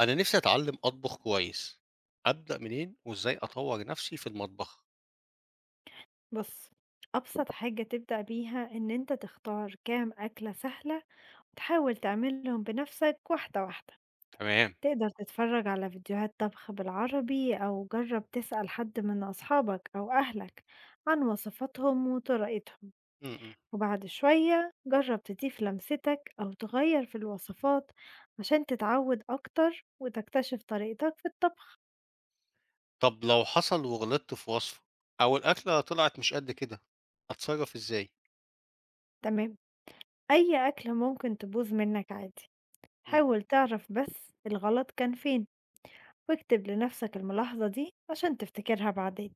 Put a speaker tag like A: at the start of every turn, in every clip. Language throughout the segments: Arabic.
A: أنا نفسي أتعلّم أطبخ كويس، أبدأ منين وإزاي أطوّر نفسي في المطبخ؟
B: بُص، أبسط حاجة تبدأ بيها إن أنت تختار كام أكلة سهلة وتحاول تعملهم بنفسك واحدة واحدة.
A: تمام.
B: تقدر تتفرج على فيديوهات طبخ بالعربي أو جرب تسأل حد من أصحابك أو أهلك عن وصفاتهم وطريقتهم،
A: إمم، إمم.
B: وبعد شوية جرب تضيف لمستك أو تغير في الوصفات عشان تتعود أكتر وتكتشف طريقتك في الطبخ،
A: طب لو حصل وغلطت في وصفة أو الأكلة طلعت مش قد كده، أتصرّف إزاي؟
B: تمام؟ أي أكلة ممكن تبوظ منك عادي،
A: إمم،
B: حاول تعرف بس الغلط كان فين. واكتب لنفسك الملاحظة دي عشان تفتكرها بعدين.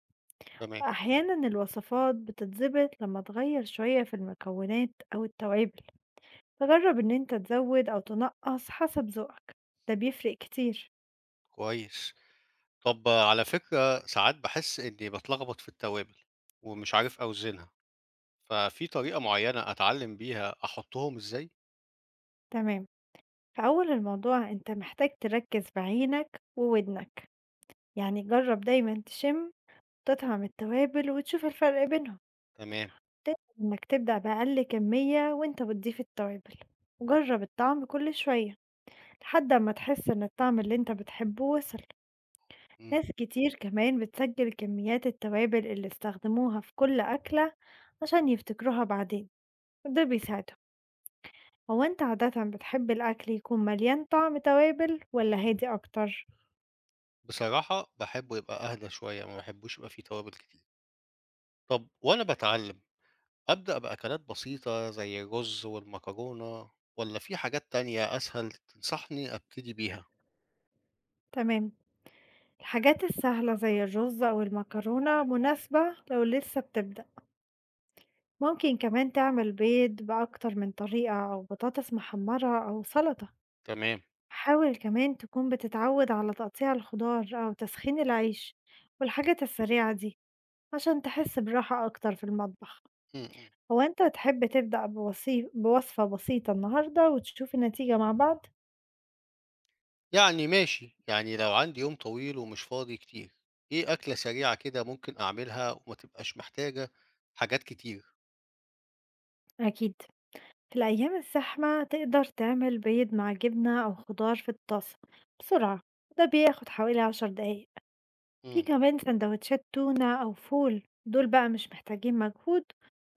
A: تمام،
B: وأحيانا الوصفات بتتظبط لما تغير شوية في المكونات أو التوابل، تجرب إن أنت تزود أو تنقص حسب ذوقك، ده بيفرق كتير.
A: كويس. طب آه، على فكرة ساعات باحس إنّي باتلخبط في التوابل ومش عارف أوزنها، ففي طريقة معيّنة أتعلّم بيها أحطّهم إزاي؟
B: تمام، في أول الموضوع أنت محتاج تركز بعينك وودنك، يعني جرب دايما تشم تطعم التوابل وتشوف الفرق بينهم.
A: تمام،
B: تقدر إنك تبدأ بأقل كمية وأنت بتضيف التوابل وجرب الطعم كل شوية لحد أمّا تحس إن الطعم اللي أنت بتحبه وصل.
A: إمم.
B: ناس كتير كمان بتسجل كميات التوابل اللي استخدموها في كل أكلة عشان يفتكروها بعدين، وده بيساعدهم. هو أنت عادةً بتحب الأكل يكون مليان طعم توابل والّا هادي أكتر؟
A: بصراحة باحبّه يبقى أهدى شوية، ما باحبّوش يبقى فيه توابل كتير. طب وأنا باتعلّم أبدأ بأكلات بسيطة زي الرز والمكرونة والّا في حاجات تانية أسهل تنصحني أبتدي بيها؟
B: تمام، الحاجات السهلة زي الرز أو المكرونة مناسبة لو لسه بتبدأ. ممكن كمان تعمل بيض بأكتر من طريقة أو بطاطس محمرة أو سلطة.
A: تمام،
B: حاول كمان تكون بتتعود على تقطيع الخضار أو تسخين العيش والحاجات السريعة دي عشان تحس براحة أكتر في المطبخ.
A: إمم، إمم.
B: هو أنت تحب تبدأ بوصفة بسيطة النهاردة وتشوف النتيجة مع بعض؟
A: يعني ماشي، يعني لو عندي يوم طويل ومش فاضي كتير، إيه أكلة سريعة كده ممكن أعملها وما تبقاش محتاجة حاجات كتير؟
B: أكيد، في الأيام الزحمة تقدر تعمل بيض مع جبنة أو خضار في الطاسة بسرعة، ده بياخد حوالي 10 دقايق. في
A: إمم،
B: كمان سندوتشات تونة أو فول، دول بقى مش محتاجين مجهود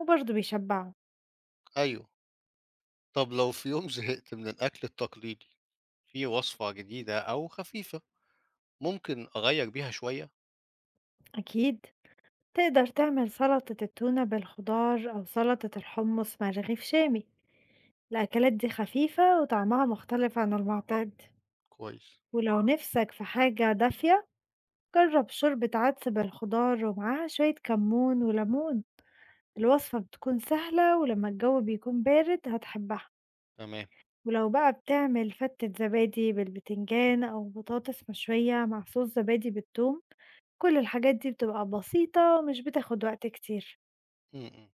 B: وبرضه بيشبعوا.
A: أيوه. طب لو في يوم زهقت من الأكل التقليدي، في وصفة جديدة أو خفيفة ممكن أغيّر بيها شوية؟
B: أكيد تقدر تعمل سلطة التونة بالخضار أو سلطة الحمص مع رغيف شامي، الأكلات دي خفيفة وطعمها مختلف عن المعتاد.
A: كويس،
B: ولو نفسك في حاجة دافية، جرب شوربة عدس بالخضار ومعاها شوية كمون وليمون، الوصفة بتكون سهلة ولما الجو بيكون بارد هتحبها.
A: تمام.
B: ولو بقى بتعمل فتة زبادي بالبتنجان أو بطاطس مشوية مع صوص زبادي بالثوم، كل الحاجات دي بتبقى بسيطة ومش بتاخد وقت كتير.
A: إمم، إمم.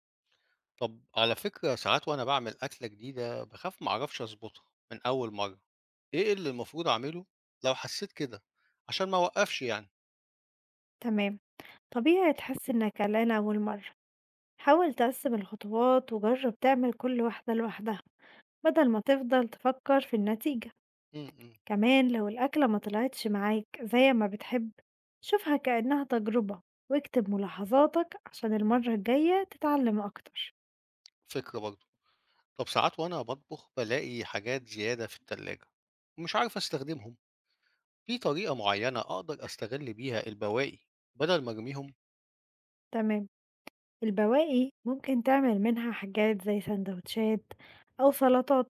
A: طب على فكرة ساعات وأنا باعمل أكلة جديدة باخاف ما أعرفش أظبطها من أول مرة، إيه اللي المفروض أعمله لو حسيت كده عشان ما أوقفش يعني؟
B: تمام، طبيعي تحس إنك قلقان أول مرة. حاول تقسم الخطوات وجرب تعمل كل واحدة لوحدها بدل ما تفضل تفكر في النتيجة.
A: امم امم،
B: كمان لو الأكلة ما طلعتش معاك زي ما بتحب، شوفها كأنها تجربة واكتب ملاحظاتك عشان المرة الجاية تتعلم أكتر.
A: فكرة برضه، طب ساعات وأنا بطبخ بلاقي حاجات زيادة في التلاجة ومش عارف أستخدمهم، في طريقة معينة أقدر أستغل بيها البواقي بدل ما أرميهم؟
B: تمام، البواقي ممكن تعمل منها حاجات زي سندوتشات أو سلطات.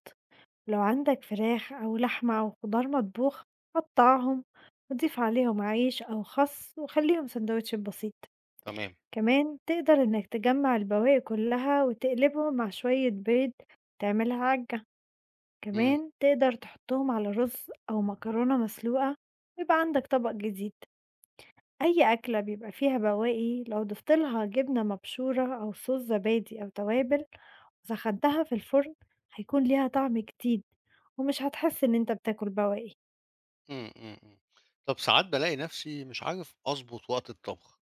B: لو عندك فراخ أو لحمة أو خضار مطبوخ، قطعهم وضيف عليهم عيش أو خس وخليهم سندوتش بسيط.
A: تمام،
B: كمان تقدر إنك تجمع البواقي كلها وتقلبهم مع شوية بيض تعملها عجة.
A: امم
B: كمان تقدر تحطهم على رز أو مكرونة مسلوقة ويبقى عندك طبق جديد. أي أكلة بيبقى فيها بواقي لو ضفت لها جبنة مبشورة أو صوص زبادي أو توابل وسخنتها في الفرن، هيكون ليها طعم جديد، ومش هتحس إن أنت بتاكل بواقي.
A: امم امم امم. طب ساعات بلاقي نفسي مش عارف أظبط وقت الطبخ،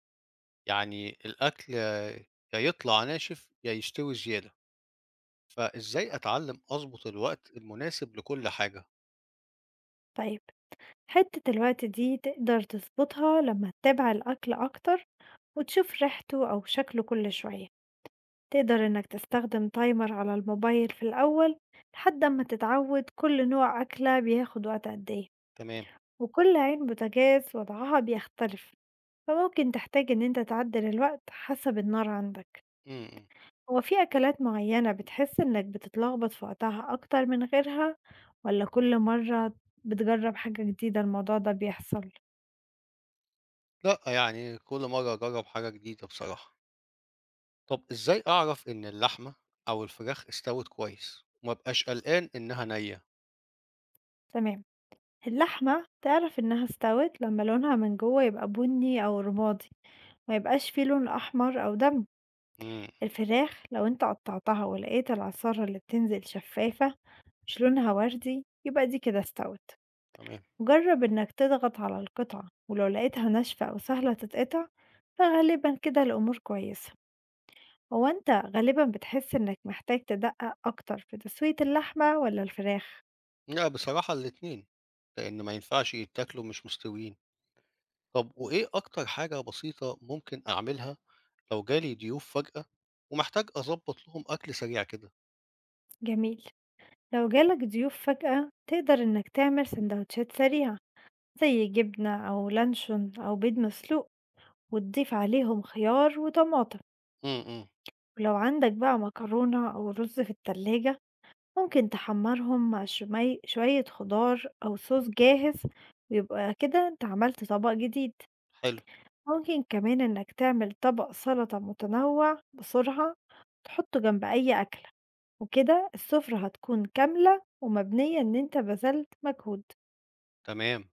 A: يعني الأكل يا يطلع ناشف يا يستوي زيادة. فإزاي أتعلم أضبط الوقت المناسب لكل حاجة؟
B: طيب، حتة الوقت دي تقدر تظبطها لما تتابع الأكل أكتر وتشوف ريحته أو شكله كل شوية. تقدر إنك تستخدم تايمر على الموبايل في الأول لحد ما تتعود كل نوع أكلة بياخد وقت قد إيه.
A: تمام.
B: وكل عين بوتاجاز وضعها بيختلف، فممكن تحتاج إن أنت تعدل الوقت حسب النار عندك.
A: إمم، إمم.
B: هو في أكلات معينة بتحس إنك بتتلخبط في وقتها أكتر من غيرها، ولا كل مرة بتجرب حاجة جديدة الموضوع ده بيحصل؟
A: لأ، يعني كل مرّة أجرّب حاجة جديدة بصراحة. طب إزاي أعرف إن اللحمة أو الفراخ استوت كويس وما أبقاش قلقان إنها نيّة؟
B: تمام، اللحمة تعرف إنها استوت لما لونها من جوه يبقى بني أو رمادي، ما يبقاش فيه لون أحمر أو دم.
A: إمم، إمم،
B: الفراخ لو أنت قطعتها ولقيت العصارة اللي بتنزل شفافة مش لونها وردي، يبقى دي كده استوت.
A: تمام.
B: جرب إنك تضغط على القطعة ولو لقيتها ناشفة أو سهلة تتقطع، فغالبا كده الأمور كويسة. هو أنت غالبا بتحس إنك محتاج تدقق أكتر في تسوية اللحمة ولا الفراخ؟
A: لأ، بصراحة الاتنين، لإن ما ينفعش يتاكلوا مش مستويين. طب وإيه أكتر حاجة بسيطة ممكن أعملها لو جالي ضيوف فجأة ومحتاج أضبّط لهم أكل سريع كده؟
B: جميل، لو جالك ضيوف فجأة تقدر إنك تعمل سندوتشات سريعة زي جبنة أو لانشون أو بيض مسلوق، وتضيف عليهم خيار وطماطم.
A: إمم، إمم،
B: ولو عندك بقى مكرونة أو رز في التلاجة، ممكن تحمّرهم مع شومي شوية خضار أو صوص جاهز، ويبقى كده أنت عملت طبق جديد.
A: حلو،
B: ممكن كمان إنك تعمل طبق سلطة متنوع بسرعة تحطّه جنب أي أكلة، وكده السفرة هتكون كاملة ومبنية إن أنت بذلت مجهود.
A: تمام.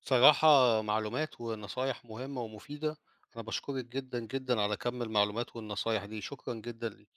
A: صراحة معلومات ونصايح مهمة ومفيدة. أنا باشكرِك جدًا، جدًا على كم المعلومات والنصايح دي، شكرًا جدًا ليكِ.